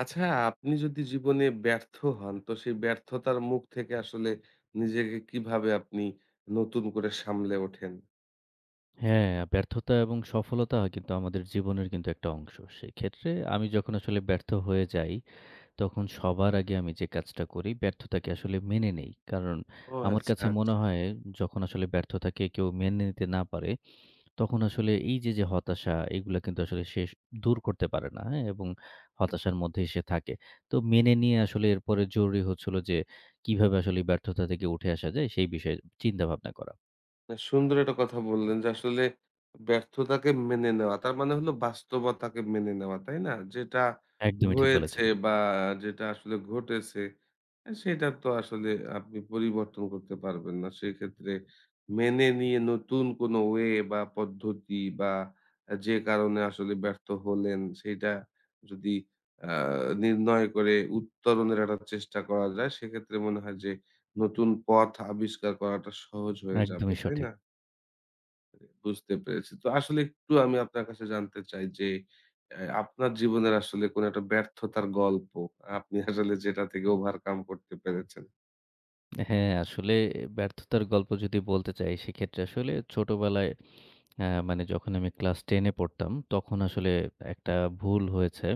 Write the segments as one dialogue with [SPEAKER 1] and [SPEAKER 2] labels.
[SPEAKER 1] আচ্ছা, আপনি যদি জীবনে ব্যর্থ হন, তো সেই ব্যর্থতার মুখ থেকে আসলে নিজেকে কিভাবে আপনি নতুন করে সামলে ওঠেন?
[SPEAKER 2] হ্যাঁ, ব্যর্থতা এবং সফলতা কিন্তু আমাদের জীবনের কিন্তু একটা অংশ। সেক্ষেত্রে আমি যখন আসলে ব্যর্থ হয়ে যাই, তখন সবার আগে আমি যে কাজটা করি, ব্যর্থতাকে আসলে মেনে নেই। কারণ
[SPEAKER 1] ও
[SPEAKER 2] আমার
[SPEAKER 1] আচ্ছা,
[SPEAKER 2] কাছে মনে
[SPEAKER 1] আচ্ছা।
[SPEAKER 2] হয় যখন আসলে ব্যর্থতাকে কেউ মেনে নিতে না পারে, তখন আসলে এই যে, যে হতাশা, এগুলা কিন্তু আসলে সে দূর করতে পারে না, হ্যাঁ? এবং হতাশার মধ্যেই সে থাকে। তো মেনে নিয়ে আসলে এরপরে জরুরি হচ্ছিল যে, কিভাবে আসলে এই ব্যর্থতা থেকে উঠে আসা যায়, সেই বিষয়ে চিন্তাভাবনা করা।
[SPEAKER 1] না, সুন্দর একটা কথা বললেন যে আসলে ব্যর্থতাকে মেনে নেওয়া তার মানে হলো বাস্তবতাকে মেনে নেওয়া তাই না যেটা
[SPEAKER 2] একদমই ঠিক
[SPEAKER 1] হয়েছে
[SPEAKER 2] বলেছেন।
[SPEAKER 1] বা যেটা আসলে ঘটেছে সেটা তো আসলে আপনি পরিবর্তন করতে পারবেন না সেক্ষেত্রে মেনে নিয়ে নতুন কোনো ওয়ে বা পদ্ধতি বা যে কারণে আসলে ব্যর্থ হলেন সেটা যদি নির্ণয় করে উত্তরণের একটা চেষ্টা করা যায় সেক্ষেত্রে মনে হয় যে নতুন পথ আবিষ্কার করাটা সহজ হয়ে যাবে,
[SPEAKER 2] একদমই
[SPEAKER 1] তাই
[SPEAKER 2] সঠিক।
[SPEAKER 1] না? বুঝতে পেরেছি। তো আসলে একটু আমি আপনার কাছে জানতে চাই যে, আপনার জীবনের আসলে কোন একটা ব্যর্থতার গল্প, আপনি আসলে যেটা থেকে ওভারকাম করতে পেরেছেন।
[SPEAKER 2] হ্যাঁ, আসলে ব্যর্থতার গল্প যদি বলতে চাই, সেক্ষেত্রে আসলে ছোটবেলায় মানে যখন আমি ক্লাস 10 এ পড়তাম, তখন আসলে একটা ভুল হয়েছে।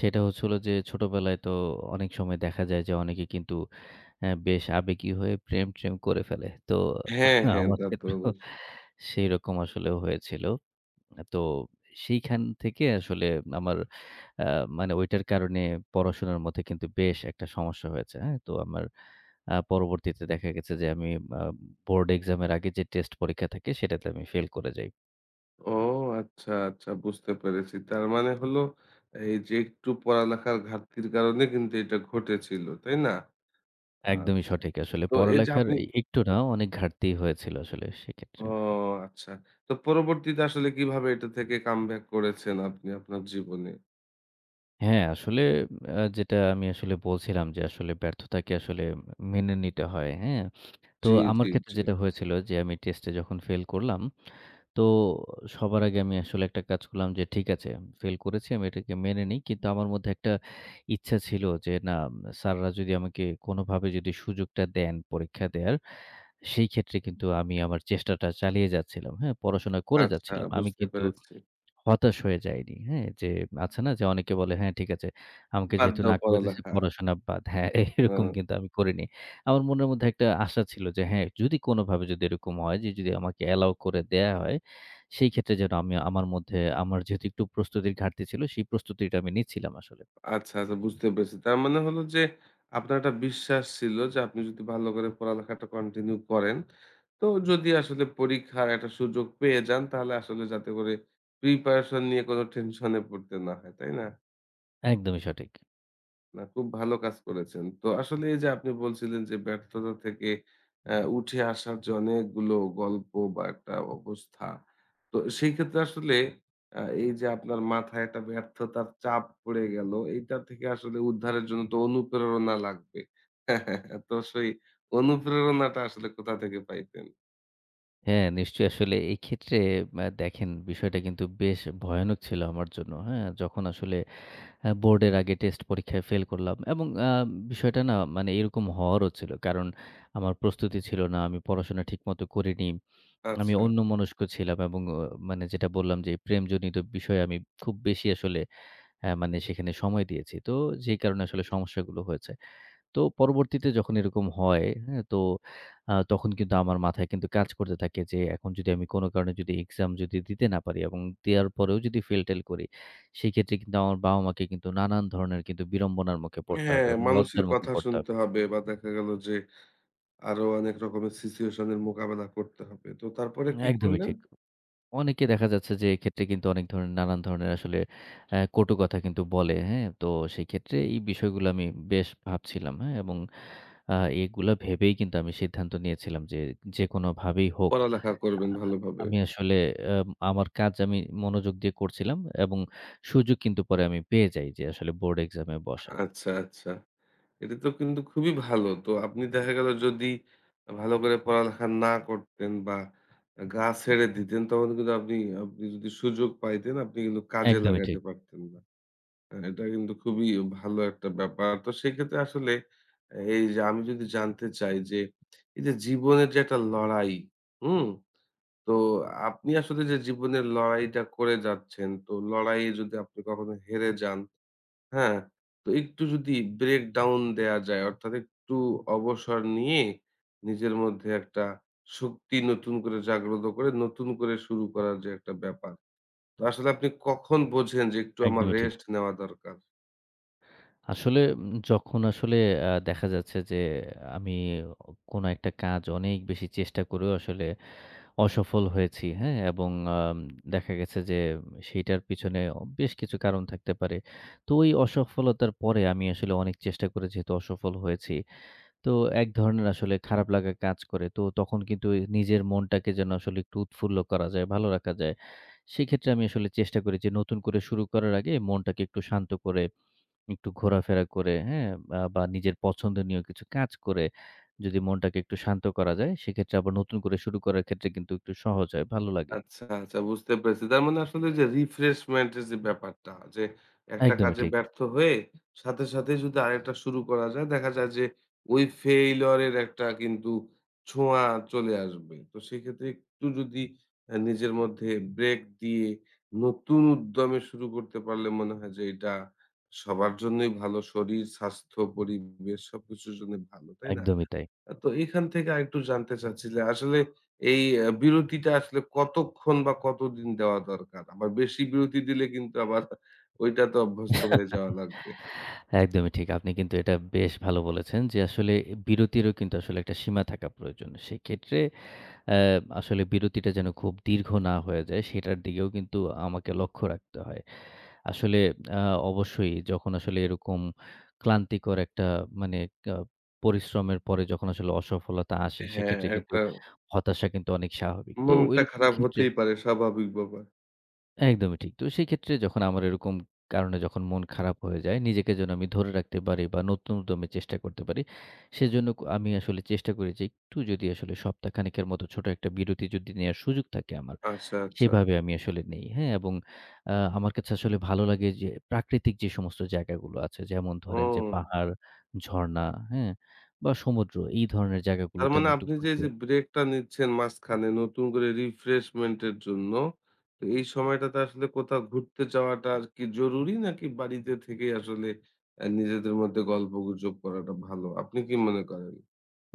[SPEAKER 2] সেটা হচ্ছে হলো যে, ছোটবেলায় তো অনেক সময় দেখা যায় যে, অনেকে কিন্তু বেশ আবেগী হয়ে প্রেম-ট্রেম করে ফেলে। তো
[SPEAKER 1] হ্যাঁ, হ্যাঁ,
[SPEAKER 2] আমার
[SPEAKER 1] তা তো
[SPEAKER 2] ক্ষেত্রেও
[SPEAKER 1] অবশ্যই।
[SPEAKER 2] সেইরকম আসলে হয়েছিল। তো সেইখান থেকে আসলে আমার আ মানে ওইটার কারণে পড়াশোনার মধ্যে কিন্তু বেশ একটা সমস্যা হয়েছে। হ্যাঁ? তো আমার পরবর্তীতে দেখা গেছে যে আমি আ বোর্ড এক্সামের আগে যে টেস্ট পরীক্ষা থাকে সেটাতে আমি ফেল করে যাই।
[SPEAKER 1] ও আচ্ছা, আচ্ছা বুঝতে পেরেছি। তার মানে হলো এই যে একটু পড়ালেখার ঘাটতির কারণে কিন্তু এটা ঘটেছিল, তাই না?
[SPEAKER 2] একদমই
[SPEAKER 1] আচ্ছা।
[SPEAKER 2] সঠিক আসলে।
[SPEAKER 1] তো এই যে
[SPEAKER 2] পড়ালেখার
[SPEAKER 1] আপনি
[SPEAKER 2] এ একটু না অনেক ঘাটতি হয়েছিল আসলে সেক্ষেত্রে।
[SPEAKER 1] ও আচ্ছা। তো পরবর্তীতে আসলে কিভাবে এটা থেকে কামব্যাক করেছেন আপনি আপনার জীবনে?
[SPEAKER 2] হ্যাঁ, আসলে যেটা আমি আসলে বলছিলাম যে আসলে ব্যর্থতাকে আসলে মেনে নিতে হয়, হ্যাঁ? তো
[SPEAKER 1] জি,
[SPEAKER 2] আমার
[SPEAKER 1] জি,
[SPEAKER 2] ক্ষেত্রে
[SPEAKER 1] জি।
[SPEAKER 2] যেটা হয়েছিল যে আমি টেস্টে যখন ফেল করলাম, তো সবার আগে আমি আসলে একটা কাজ করলাম যে ঠিক আছে ফেল করেছি আমি এটাকে মেনে নিই। কিন্তু আমার মধ্যে একটা ইচ্ছা ছিল যে না স্যাররা যদি আমাকে কোনোভাবে যদি সুযোগটা দেন পরীক্ষা দেয়ার, সেই ক্ষেত্রে কিন্তু আমি আমার চেষ্টাটা চালিয়ে যাচ্ছিলাম। হ্যাঁ? পড়াশোনা করে
[SPEAKER 1] আচ্ছা
[SPEAKER 2] যাচ্ছিলাম। আমি
[SPEAKER 1] বুঝতে
[SPEAKER 2] কিন্তু
[SPEAKER 1] পেরেছি।
[SPEAKER 2] হতাশ হয়ে যাইনি। হ্যাঁ? যে আছে না যে অনেকে বলে, "হ্যাঁ, ঠিক আছে। আমাকে
[SPEAKER 1] বাদ
[SPEAKER 2] যেহেতু
[SPEAKER 1] দাও
[SPEAKER 2] না করে দিছে
[SPEAKER 1] পড়ালেখা।
[SPEAKER 2] পড়াশোনা বাদ।" হ্যাঁ,
[SPEAKER 1] ও
[SPEAKER 2] এরকম কিন্তু আমি করিনি। আমার মনের মধ্যে একটা আশা ছিল যে হ্যাঁ, যদি কোনোভাবে যদি এরকম হয় যে যদি আমাকে অ্যালাও করে দেয়া হয়, সেই ক্ষেত্রে যেন আমি আমার মধ্যে আমার যেহেতু একটু প্রস্তুতির ঘাটতি ছিল সেই প্রস্তুতিটা আমি নিচ্ছিলাম আসলে।
[SPEAKER 1] আচ্ছা, আচ্ছা বুঝতে পেরেছি। তার মানে হলো যে আপনার একটা বিশ্বাস ছিল যে আপনি যদি ভালো করে পড়ালেখাটা কন্টিনিউ করেন, তো যদি আসলে পরীক্ষার একটা সুযোগ পেয়ে যান তাহলে আসলে যাতে করে প্রিপারেশন নিয়ে কোনো টেনশনে পড়তে না হয়, তাই না?
[SPEAKER 2] একদমই সঠিক।
[SPEAKER 1] না, খুব ভালো কাজ করেছেন। তো আসলে এই যে আপনি বলছিলেন যে ব্যর্থতা থেকে উঠে আসার যে অনেকগুলো গল্প বা একটা অবস্থা। তো সেই ক্ষেত্রে আসলে এই যে আপনার মাথায় একটা ব্যর্থতার চাপ পড়ে গেল, এইটা থেকে আসলে উদ্ধারের জন্য তো অনুপ্রেরণা লাগবে। তো সেই অনুপ্রেরণাটা আসলে কোথা থেকে পাইতেন?
[SPEAKER 2] হ্যাঁ, নিশ্চয়ই আসলে এই ক্ষেত্রে দেখেন বিষয়টা কিন্তু বেশ ভয়ানক ছিল আমার জন্য। হ্যাঁ? যখন আসলে বোর্ডের আগে টেস্ট পরীক্ষায় ফেল করলাম এবং বিষয়টা না মানে এরকম হওয়ারও ছিল। কারণ আমার প্রস্তুতি ছিল না। আমি পড়াশোনা ঠিকমতো করিনি। আমি
[SPEAKER 1] আচ্ছা।
[SPEAKER 2] অন্যমনস্ক ছিলাম এবং মানে যেটা বললাম যে প্রেমজনিত বিষয়ে আমি খুব বেশি আসলে মানে সেখানে সময় দিয়েছি। তো যেই কারণে আসলে সমস্যাগুলো হয়েছে। তো পরবর্তীতে যখন এরকম হয়, হ্যাঁ? তো তখন কিন্তু আমার মাথায় কিন্তু কাজ করতে থাকে যে এখন যদি আমি কোনো কারণে যদি এক্সাম যদি দিতে না পারি এবং দেওয়ার পরেও যদি ফেল-টেল করি, সেক্ষেত্রে কিন্তু আমার বাবা-মাকে কিন্তু নানান ধরনের কিন্তু বিড়ম্বনার মুখে পড়তে হবে
[SPEAKER 1] হ্যাঁ,
[SPEAKER 2] এবং
[SPEAKER 1] মানুষের
[SPEAKER 2] লজ্জার মুখে
[SPEAKER 1] কথা
[SPEAKER 2] পড়তে
[SPEAKER 1] শুনতে
[SPEAKER 2] হবে।
[SPEAKER 1] হবে বা দেখা গেল যে আরো অনেক রকমের সিচুয়েশন এর মোকাবেলা করতে হবে। তো তারপরে কি
[SPEAKER 2] একদমই
[SPEAKER 1] করলেন?
[SPEAKER 2] ঠিক। অনেকে দেখা যাচ্ছে যে এক্ষেত্রে কিন্তু অনেক ধরনের নানান ধরনের আসলে কটু কথা কিন্তু বলে, হ্যাঁ? তো সেক্ষেত্রে এই বিষয়গুলো আমি বেশ ভাবছিলাম, হ্যাঁ? এবং আ এগুলা ভেবেই কিন্তু আমি সিদ্ধান্ত নিয়েছিলাম যে যেকোনোভাবেই হোক আ
[SPEAKER 1] পড়ালেখা করবেন ভালোভাবে।
[SPEAKER 2] আমি আসলে আমার কাজ আমি মনোযোগ দিয়ে করছিলাম এবং সুযোগ কিন্তু পরে আমি পেয়ে যাই যে আসলে বোর্ড এক্সামে বসার।
[SPEAKER 1] আচ্ছা, আচ্ছা। এটা তো কিন্তু খুবই ভালো। তো আপনি দেখা গেল যদি ভালো করে পড়ালেখা না করতেন বা গা ছেড়ে দিতেন তখন কিন্তু আপনি আপনি যদি সুযোগ পাইতেন আপনি কিন্তু কাজে
[SPEAKER 2] একদমই
[SPEAKER 1] লাগাতে
[SPEAKER 2] ঠিক,
[SPEAKER 1] পারতেন না। হ্যাঁ, এটা কিন্তু খুবই ভালো একটা ব্যাপার। তো সেক্ষেত্রে আসলে এই যে আমি যদি জানতে চাই যে এই যে জীবনের যে একটা লড়াই, হুম? তো আপনি আসলে যে জীবনের লড়াইটা করে যাচ্ছেন, তো লড়াইয়ে যদি আপনি কখনো হেরে যান হ্যাঁ, তো একটু যদি ব্রেক ডাউন দেয়া যায় অর্থাৎ একটু অবসর নিয়ে নিজের মধ্যে একটা শক্তি নতুন করে জাগ্রত করে নতুন করে শুরু করার যে একটা ব্যাপার। তো আসলে আপনি কখন বোঝেন যে একটু আমার
[SPEAKER 2] একদমই ঠিক।
[SPEAKER 1] রেস্ট নেওয়া দরকার?
[SPEAKER 2] আসলে যখন আসলে দেখা যাচ্ছে যে আমি কোনো একটা কাজ অনেক বেশি চেষ্টা করেও আসলে অসফল হয়েছি, হ্যাঁ? এবং আম দেখা গেছে যে সেইটার পিছনে বেশ কিছু কারণ থাকতে পারে। তো ওই অসফলতার পরে আমি আসলে অনেক চেষ্টা করে যেহেতু অসফল হয়েছি তো এক ধরনের আসলে খারাপ লাগা কাজ করে। তো তখন কিন্তু এ নিজের মনটাকে যেন আসলে একটু উৎফুল্ল করা যায়, ভালো রাখা যায়। সেক্ষেত্রে আমি আসলে চেষ্টা করি যে নতুন করে শুরু করার আগে মনটাকে একটু শান্ত করে, একটু ঘোরাফেরা করে, হ্যাঁ? বা বা নিজের পছন্দনীয় কিছু কাজ করে যদি মনটাকে একটু শান্ত করা যায়, সেক্ষেত্রে আবার নতুন করে শুরু করার ক্ষেত্রে কিন্তু একটু সহজ হয়, ভালো লাগে।
[SPEAKER 1] আচ্ছা, আচ্ছা বুঝতে পেরেছি। তার মানে আসলে যে রিফ্রেশমেন্ট এর যে ব্যাপারটা যে একটা
[SPEAKER 2] একদমই
[SPEAKER 1] কাজে
[SPEAKER 2] ঠিক,
[SPEAKER 1] ব্যর্থ হয়ে সাথে, সাথে যদি আরেকটা শুরু করা যায় দেখা যায় যে ওই ফেইলিউর এর একটা কিন্তু ছোঁয়া চলে আসবে। তো সেক্ষেত্রে একটু যদি নিজের মধ্যে ব্রেক দিয়ে নতুন উদ্যমে শুরু করতে পারলে মনে হয় যে এটা সবার জন্যই ভালো। শরীর, স্বাস্থ্য, পরিবেশ সবকিছুর জন্য ভালো। তাই না?
[SPEAKER 2] একদমই তাই।
[SPEAKER 1] তো এখান থেকে আরেকটু জানতে চাচ্ছি যে আসলে এই বিরতিটা আসলে কতক্ষণ বা কতদিন দেওয়া দরকার? আবার বেশি বিরতি দিলে কিন্তু আবার ঐটাতে অভ্যস্ত হয়ে যাওয়া লাগবে।
[SPEAKER 2] একদমই ঠিক। আপনি কিন্তু এটা বেশ ভালো বলেছেন যে, আসলে বিরতিরও কিন্তু আসলে একটা সীমা থাকা প্রয়োজন। সেক্ষেত্রে অ্যা আসলে বিরতিটা যেন খুব দীর্ঘ না হয়ে যায়, সেটার দিকেও কিন্তু আমাকে লক্ষ্য রাখতে হয়। আসলে আ অবশ্যই যখন আসলে এরকম ক্লান্তিকর একটা মানে আ পরিশ্রমের পরে যখন আসলে অসফলতা আসে,
[SPEAKER 1] হ্যাঁ,
[SPEAKER 2] সেক্ষেত্রে কিন্তু
[SPEAKER 1] একটা
[SPEAKER 2] হতাশা কিন্তু অনেক স্বাভাবিক। তো
[SPEAKER 1] মনটা
[SPEAKER 2] ঐরকম
[SPEAKER 1] খারাপ
[SPEAKER 2] ক্ষেত্রে
[SPEAKER 1] হতেই পারে স্বাভাবিক ব্যাপার।
[SPEAKER 2] একদমই ঠিক। তো সেক্ষেত্রে যখন আমার এরকম কারণে যখন মন খারাপ হয়ে যায়, নিজেকে যেন আমি ধরে রাখতে পারি বা নতুন উদ্যমে চেষ্টা করতে পারি, সেজন্য আমি আসলে চেষ্টা করি যে একটু যদি আসলে সপ্তাহখানেকের মতো ছোট একটা বিরতি যদি নেয়ার সুযোগ থাকে আমার,
[SPEAKER 1] আচ্ছা, আচ্ছা।
[SPEAKER 2] সেভাবে আমি আসলে নেই। হ্যাঁ? এবং আমার কাছে আসলে ভালো লাগে যে প্রাকৃতিক যে সমস্ত জায়গাগুলো আছে, যেমন
[SPEAKER 1] ও।
[SPEAKER 2] ধরেন যে পাহাড়, ঝর্ণা, হ্যাঁ? বা সমুদ্র এই ধরনের
[SPEAKER 1] তার
[SPEAKER 2] জায়গাগুলোতে
[SPEAKER 1] মানে
[SPEAKER 2] আমি একটু
[SPEAKER 1] আপনি যে এই
[SPEAKER 2] ঘুরতে
[SPEAKER 1] যে ব্রেকটা নিচ্ছেন মাঝখানে নতুন করে রিফ্রেশমেন্ট এর জন্য, তো এই সময়টাতে আসলে কোথাও ঘুরতে যাওয়াটা আর কি জরুরি নাকি বাড়িতে থেকেই আসলে নিজেদের মধ্যে গল্পগুজব করাটা ভালো? আপনি কি মনে করেন?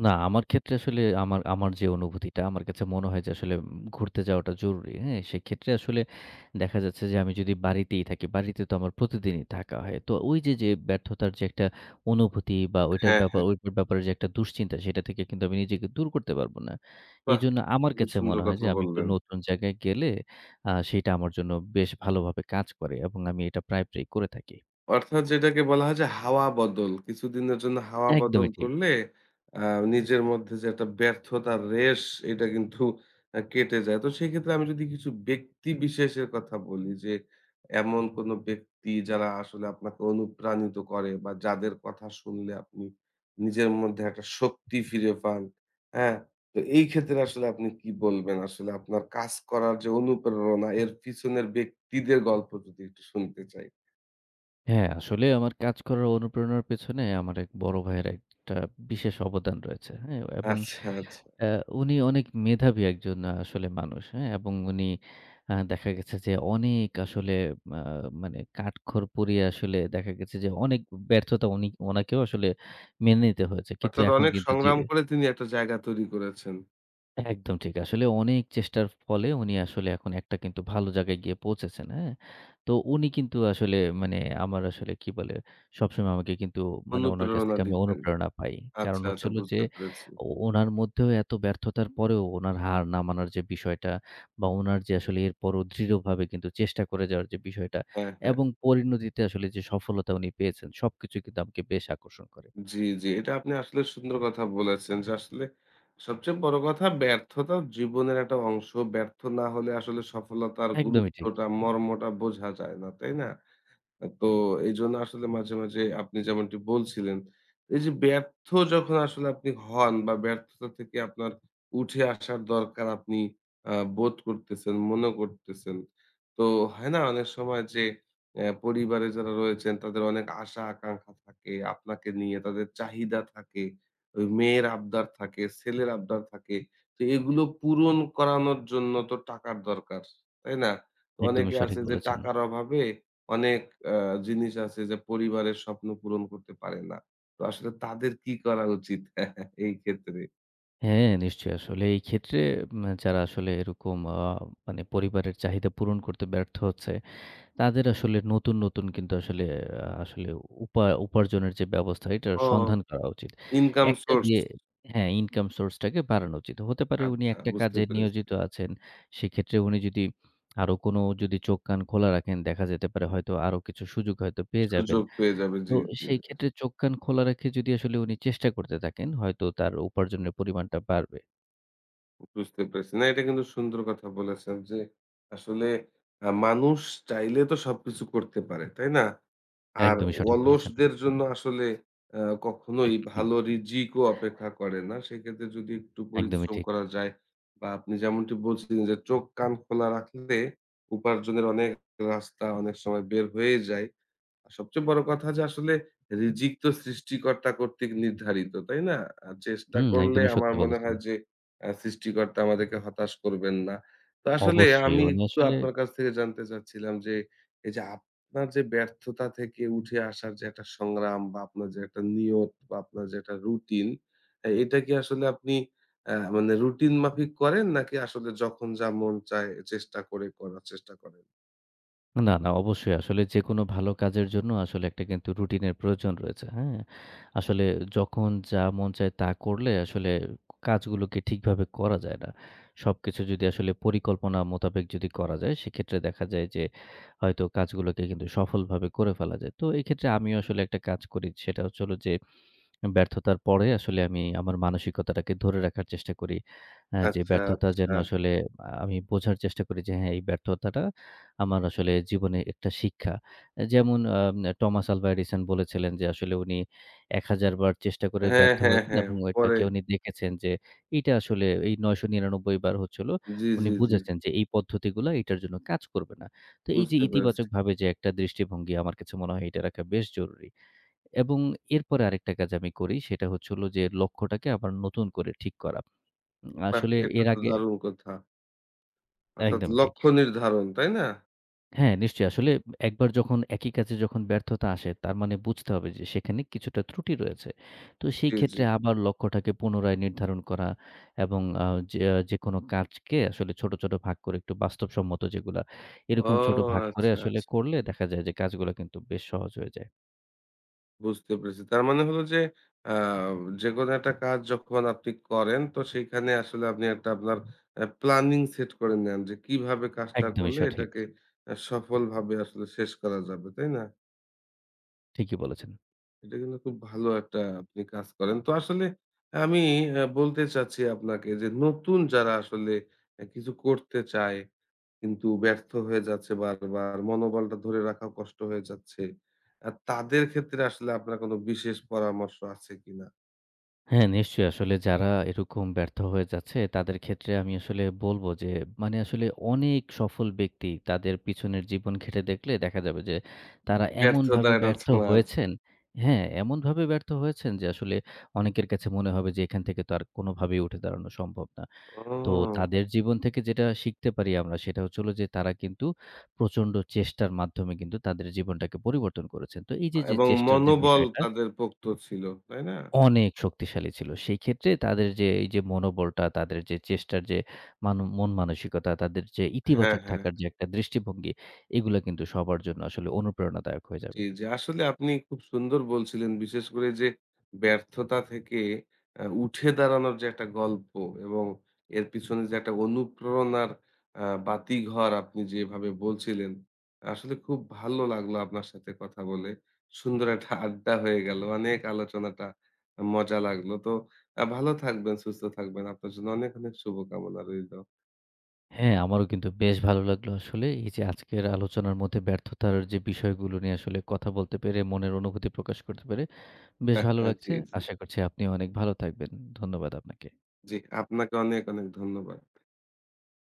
[SPEAKER 2] না, আমার ক্ষেত্রে আসলে আমার আমার যে অনুভূতিটা, আমার কাছে মনে হয় যে আসলে ঘুরতে যাওয়াটা জরুরি। হ্যাঁ? সেক্ষেত্রে আসলে দেখা যাচ্ছে যে আমি যদি বাড়িতেই থাকি, বাড়িতে তো আমার প্রতিদিনই থাকা হয়। তো ওই যে, যে ব্যর্থতার যে একটা অনুভূতি বা
[SPEAKER 1] হ্যাঁ, হ্যাঁ।
[SPEAKER 2] ওইটার ব্যাপারে যে একটা দুশ্চিন্তা সেটা থেকে কিন্তু আমি নিজেকে দূর করতে পারব না।
[SPEAKER 1] বাহ!
[SPEAKER 2] এইজন্য আমার
[SPEAKER 1] খুবই
[SPEAKER 2] কাছে
[SPEAKER 1] সুন্দর
[SPEAKER 2] মনে হয়
[SPEAKER 1] কথা
[SPEAKER 2] যে আমি একটু
[SPEAKER 1] বললেন।
[SPEAKER 2] নতুন জায়গায় গেলে সেইটা আমার জন্য বেশ ভালোভাবে কাজ করে এবং আমি এটা প্রায়, প্রায়ই করে থাকি।
[SPEAKER 1] অর্থাৎ যেটাকে বলা হয় যে হাওয়া বদল। কিছুদিনের জন্য হাওয়া বদল
[SPEAKER 2] একদমই ঠিক।
[SPEAKER 1] করলে আ নিজের মধ্যে যে একটা ব্যর্থতার রেশ এটা কিন্তু কেটে যায়। তো সেক্ষেত্রে আমি যদি কিছু ব্যক্তি বিশেষের কথা বলি যে এমন কোন ব্যক্তি যারা আসলে আপনাকে অনুপ্রাণিত করে বা যাদের কথা শুনলে আপনি নিজের মধ্যে একটা শক্তি ফিরে পান, হ্যাঁ? তো এই ক্ষেত্রে আসলে আপনি কি বলবেন? আসলে আপনার কাজ করার যে অনুপ্রেরণা এর পিছনের ব্যক্তিদের গল্প যদি একটু শুনতে চাই।
[SPEAKER 2] হ্যাঁ, আসলে আমার কাজ করার অনুপ্রেরণার পেছনে আমার এক বড় ভাইয়ের একটা বিশেষ অবদান রয়েছে। হ্যাঁ? এবং
[SPEAKER 1] আচ্ছা, আচ্ছা।
[SPEAKER 2] আ উনি অনেক মেধাবী একজন আসলে মানুষ। হ্যাঁ? এবং উনি দেখা গেছে যে অনেক আসলে আ মানে কাঠখড় পুড়িয়ে আসলে দেখা গেছে যে অনেক ব্যর্থতা উনি ওনাকেও আসলে মেনে নিতে হয়েছে। কিন্তু
[SPEAKER 1] অর্থাৎ
[SPEAKER 2] এখন
[SPEAKER 1] অনেক
[SPEAKER 2] কিন্তু যে
[SPEAKER 1] সংগ্রাম করে তিনি একটা জায়গা তৈরি করেছেন।
[SPEAKER 2] একদম ঠিক। আসলে অনেক চেষ্টার ফলে উনি আসলে এখন একটা কিন্তু ভালো জায়গায় গিয়ে পৌঁছেছেন, হ্যাঁ? তো উনি কিন্তু আসলে মানে আমার আসলে কি বলে, সবসময় আমাকে কিন্তু মানে উনার কাছ
[SPEAKER 1] অনুপ্রেরণা
[SPEAKER 2] থেকে আমি
[SPEAKER 1] দিতেন।
[SPEAKER 2] অনুপ্রেরণা পাই। কারণ
[SPEAKER 1] আচ্ছা,
[SPEAKER 2] হচ্ছে
[SPEAKER 1] আচ্ছা
[SPEAKER 2] হলো যে,
[SPEAKER 1] বুঝতে পেরেছি।
[SPEAKER 2] ওনার মধ্যেও এত ব্যর্থতার পরেও উনার হার না মানার যে বিষয়টা বা উনার যে আসলে এরপরও দৃঢ়ভাবে কিন্তু চেষ্টা করে যাওয়ার যে বিষয়টা
[SPEAKER 1] হ্যাঁ, হ্যাঁ।
[SPEAKER 2] এবং পরিণতিতে আসলে যে সফলতা উনি পেয়েছেন, সবকিছুই কিন্তু আমাকে বেশ আকর্ষণ করে।
[SPEAKER 1] জি, জি। এটা আপনি আসলে সুন্দর কথা বলেছেন যে আসলে সবচেয়ে বড় কথা ব্যর্থতা জীবনের একটা অংশ। ব্যর্থ না হলে আসলে সফলতার
[SPEAKER 2] একদমই ঠিক।
[SPEAKER 1] গুরুত্বটা, মর্মটা বোঝা যায় না। তাই না? তো এইজন্য আসলে মাঝে, মাঝে আপনি যেমনটি বলছিলেন, এই যে ব্যর্থ যখন আসলে আপনি হন বা ব্যর্থতা থেকে আপনার উঠে আসার দরকার আপনি বোধ করতেছেন, মনে করতেছেন। তো হয় না অনেক সময় যে পরিবারে যারা রয়েছেন তাদের অনেক আশা আকাঙ্ক্ষা থাকে আপনাকে নিয়ে, তাদের চাহিদা থাকে, ওই মেয়ের আবদার থাকে, ছেলের আবদার থাকে। তো এগুলো পূরণ করানোর জন্য তো টাকার দরকার, তাই না? তো
[SPEAKER 2] একদমই
[SPEAKER 1] অনেকে
[SPEAKER 2] সঠিক
[SPEAKER 1] আছে যে
[SPEAKER 2] বলেছেন।
[SPEAKER 1] টাকার অভাবে অনেক আ জিনিস আছে যে পরিবারের স্বপ্ন পূরণ করতে পারে না। তো আসলে তাদের কি করা উচিত এই ক্ষেত্রে?
[SPEAKER 2] হ্যাঁ, নিশ্চয়ই। আসলে এই ক্ষেত্রে যারা আসলে এরকম মানে পরিবারের চাহিদা পূরণ করতে ব্যর্থ হচ্ছে, তাদের আসলে নতুন, নতুন কিন্তু আসলে আসলে উপার্জনের যে ব্যবস্থা, এটার
[SPEAKER 1] ও।
[SPEAKER 2] সন্ধান করা উচিত।
[SPEAKER 1] ইনকাম
[SPEAKER 2] একটা
[SPEAKER 1] সোর্স
[SPEAKER 2] দিয়ে হ্যাঁ, ইনকাম সোর্সটাকে বাড়ানো উচিত। হতে পারে উনি
[SPEAKER 1] আচ্ছা
[SPEAKER 2] একটা
[SPEAKER 1] বুঝতে
[SPEAKER 2] কাজে
[SPEAKER 1] পেরেছি।
[SPEAKER 2] নিয়োজিত আছেন। সেক্ষেত্রে উনি যদি আরো কোনো যদি চোখ কান খোলা রাখেন, দেখা যেতে পারে হয়তো আরো কিছু সুযোগ হয়তো পেয়ে যাবেন।
[SPEAKER 1] সুযোগ পেয়ে যাবে।
[SPEAKER 2] তো
[SPEAKER 1] জি, জি।
[SPEAKER 2] সেই ক্ষেত্রে চোখ কান খোলা রেখে যদি আসলে উনি চেষ্টা করতে থাকেন, হয়তো তার উপার্জনের পরিমাণটা বাড়বে।
[SPEAKER 1] বুঝতে পেরেছি। না, এটা কিন্তু সুন্দর কথা বলেছেন যে আসলে মানুষ চাইলে তো সবকিছু করতে পারে, তাই না? আর
[SPEAKER 2] একদমই সঠিক বলেছেন।
[SPEAKER 1] অলসদের জন্য আসলে আ কখনোই
[SPEAKER 2] হুম,
[SPEAKER 1] ভালো রিজিকও অপেক্ষা করে না। সেক্ষেত্রে যদি একটু
[SPEAKER 2] একদমই
[SPEAKER 1] পরিশ্রম
[SPEAKER 2] ঠিক।
[SPEAKER 1] করা যায় বা আপনি যেমনটি বলছিলেন যে চোখ কান খোলা রাখলে উপার্জনের অনেক রাস্তা অনেক সময় বের হয়ে যায়। সবচেয়ে বড় কথা যে আসলে রিজিক তো সৃষ্টিকর্তা কর্তৃক নির্ধারিত, তাই না? চেষ্টা
[SPEAKER 2] হুম,
[SPEAKER 1] করলে
[SPEAKER 2] একদমই
[SPEAKER 1] আমার
[SPEAKER 2] সত্যি
[SPEAKER 1] মনে
[SPEAKER 2] বলেছেন।
[SPEAKER 1] হয় যে সৃষ্টিকর্তা আমাদেরকে হতাশ করবেন না। তো আসলে
[SPEAKER 2] অবশ্যই
[SPEAKER 1] আমি
[SPEAKER 2] উনি
[SPEAKER 1] একটু
[SPEAKER 2] আসলে
[SPEAKER 1] আপনার কাছ থেকে জানতে চাচ্ছিলাম যে, এই যে আপনার যে ব্যর্থতা থেকে উঠে আসার যে একটা সংগ্রাম বা আপনার যে একটা নিয়ত বা আপনার যে একটা রুটিন, এ এটা কি আসলে আপনি মানে রুটিন মাফিক করেন নাকি আসলে যখন যা মন চায় চেষ্টা করে করার চেষ্টা করেন?
[SPEAKER 2] না, না অবশ্যই আসলে যেকোনো ভালো কাজের জন্য আসলে একটা কিন্তু রুটিনের প্রয়োজন রয়েছে। হ্যাঁ? আসলে যখন যা মন চায় তা করলে আসলে কাজগুলোকে ঠিকভাবে করা যায় না। সবকিছু যদি আসলে পরিকল্পনা মোতাবেক যদি করা যায় সেক্ষেত্রে দেখা যায় যে হয়তো কাজগুলোকে কিন্তু সফলভাবে করে ফেলা যায়। তো এক্ষেত্রে আমিও আসলে একটা কাজ করি সেটা হচ্ছে হলো যে ব্যর্থতার পরে আসলে আমি আমার মানসিকতাটাকে ধরে রাখার চেষ্টা করি। যে
[SPEAKER 1] আচ্ছা,
[SPEAKER 2] ব্যর্থতা যেন
[SPEAKER 1] আচ্ছা।
[SPEAKER 2] আসলে আমি বোঝার চেষ্টা করি যে হ্যাঁ, এই ব্যর্থতাটা আমার আসলে জীবনে একটা শিক্ষা। যেমন টমাস আলভা এডিসন বলেছিলেন যে আসলে উনি ১০০০ বার চেষ্টা করে
[SPEAKER 1] হ্যাঁ,
[SPEAKER 2] ব্যর্থ
[SPEAKER 1] হ্যাঁ,
[SPEAKER 2] হয়েছেন
[SPEAKER 1] হ্যাঁ।
[SPEAKER 2] এবং
[SPEAKER 1] পরে
[SPEAKER 2] এটাকে উনি দেখেছেন যে এইটা আসলে এই ৯৯৯ বার হচ্ছে হলো
[SPEAKER 1] জি,
[SPEAKER 2] উনি
[SPEAKER 1] জি, জি।
[SPEAKER 2] বুঝেছেন যে এই পদ্ধতিগুলা এটার জন্য কাজ করবে না। তো এই যে
[SPEAKER 1] বুঝতে পেরেছি।
[SPEAKER 2] ইতিবাচকভাবে যে একটা দৃষ্টিভঙ্গি আমার কাছে মনে হয় এটা রাখা বেশ জরুরি। এবং এরপরে আরেকটা কাজ আমি করি সেটা হচ্ছে হলো যে লক্ষ্যটাকে আবার নতুন করে ঠিক করা।
[SPEAKER 1] বাহ!
[SPEAKER 2] আসলে
[SPEAKER 1] এটা
[SPEAKER 2] এর
[SPEAKER 1] তো
[SPEAKER 2] আগে
[SPEAKER 1] দারুণ কথা। অর্থাৎ
[SPEAKER 2] একদমই ঠিক।
[SPEAKER 1] লক্ষ্য নির্ধারণ, তাই না?
[SPEAKER 2] হ্যাঁ, নিশ্চয়ই আসলে একবার যখন একই কাজে যখন ব্যর্থতা আসে তার মানে বুঝতে হবে যে সেখানে কিছুটা ত্রুটি রয়েছে। তো সেই
[SPEAKER 1] জি, জি।
[SPEAKER 2] ক্ষেত্রে আবার লক্ষ্যটাকে পুনরায় নির্ধারণ করা এবং যে যেকোনো কাজকে আসলে ছোট, ছোট ভাগ করে একটু বাস্তবসম্মত যেগুলা
[SPEAKER 1] ও
[SPEAKER 2] এরকম ছোট ভাগ করে
[SPEAKER 1] আচ্ছা,
[SPEAKER 2] আসলে
[SPEAKER 1] আচ্ছা।
[SPEAKER 2] করলে দেখা যায় যে কাজগুলা কিন্তু বেশ সহজ হয়ে যায়।
[SPEAKER 1] বুঝতে পেরেছি। তার মানে হলো যে আ যেকোনো একটা কাজ যখন আপনি করেন তো সেখানে আসলে আপনি একটা আপনার প্ল্যানিং সেট করে নেন যে কিভাবে কাজটা
[SPEAKER 2] একদমই
[SPEAKER 1] করলে
[SPEAKER 2] সঠিক।
[SPEAKER 1] এটাকে সফলভাবে আসলে শেষ করা যাবে, তাই না?
[SPEAKER 2] ঠিকই বলেছেন।
[SPEAKER 1] এটা কিন্তু খুব ভালো একটা আপনি কাজ করেন। তো আসলে আমি বলতে চাচ্ছি আপনাকে যে নতুন যারা আসলে কিছু করতে চায় কিন্তু ব্যর্থ হয়ে যাচ্ছে বারবার। মনোবলটা ধরে রাখাও কষ্ট হয়ে যাচ্ছে। তাদের ক্ষেত্রে আসলে আপনার কোন বিশেষ পরামর্শ আছে কিনা?
[SPEAKER 2] হ্যাঁ, নিশ্চয়ই। আসলে যারা এরকম ব্যর্থ হয়ে যাচ্ছে, তাদের ক্ষেত্রে আমি আসলে বলব যে, মানে আসলে অনেক সফল ব্যক্তি তাদের পিছনের জীবন ঘেঁটে দেখলে দেখা যাবে যে, তারা এমনভাবে
[SPEAKER 1] ব্যর্থতার একটা
[SPEAKER 2] ব্যর্থ
[SPEAKER 1] ছোঁয়া আছে।
[SPEAKER 2] হয়েছেন হ্যাঁ, এমনভাবে ব্যর্থ হয়েছেন যে আসলে অনেকের কাছে মনে হবে যে, এখান থেকে তো আর কোনোভাবেই উঠে দাঁড়ানো সম্ভব না। তো
[SPEAKER 1] ও
[SPEAKER 2] তাদের জীবন থেকে যেটা শিখতে পারি আমরা, সেটা হচ্ছে হলো যে, তারা কিন্তু প্রচণ্ড চেষ্টার মাধ্যমে কিন্তু তাদের জীবনটাকে পরিবর্তন করেছেন। তো এই যে, যে
[SPEAKER 1] এবং
[SPEAKER 2] চেষ্টার যে
[SPEAKER 1] মনোবল
[SPEAKER 2] বিষয়টা
[SPEAKER 1] তাদের পোক্ত ছিল, তাই না?
[SPEAKER 2] অনেক শক্তিশালী ছিল। সেই ক্ষেত্রে তাদের যে এই যে মনোবলটা, তাদের যে চেষ্টার যে মন মানসিকতা, তাদের যে
[SPEAKER 1] হ্যাঁ,
[SPEAKER 2] ইতিবাচক
[SPEAKER 1] হ্যাঁ।
[SPEAKER 2] থাকার যে একটা দৃষ্টিভঙ্গি, এগুলা কিন্তু সবার জন্য আসলে অনুপ্রেরণাদায়ক হয়ে
[SPEAKER 1] জি,
[SPEAKER 2] যাবে।
[SPEAKER 1] জি। আসলে আপনি খুব সুন্দর বলছিলেন। বিশেষ করে যে ব্যর্থতা থেকে উঠে দাঁড়ানোর যে একটা গল্প এবং এর পিছনে যে একটা অনুপ্রেরণার বাতিঘর আপনি যেভাবে বলছিলেন, আসলে খুব ভালো লাগলো আপনার সাথে কথা বলে। সুন্দর একটা আড্ডা হয়ে গেল। অনেক আলোচনাটা মজা লাগলো। তো ভালো থাকবেন, সুস্থ থাকবেন। আপনার জন্য অনেক, অনেক শুভকামনা রইলো।
[SPEAKER 2] হ্যাঁ, আমারও কিন্তু বেশ ভালো লাগলো আসলে। এই যে আজকের আলোচনার মধ্যে ব্যর্থতার যে বিষয়গুলো নিয়ে আসলে কথা বলতে পেরে, মনের অনুভূতি প্রকাশ করতে পেরে বেশ ভালো
[SPEAKER 1] জি,
[SPEAKER 2] লাগছে।
[SPEAKER 1] জি।
[SPEAKER 2] আশা করছি আপনিও অনেক ভালো থাকবেন। ধন্যবাদ আপনাকে।
[SPEAKER 1] জি, আপনাকে অনেক, অনেক ধন্যবাদ।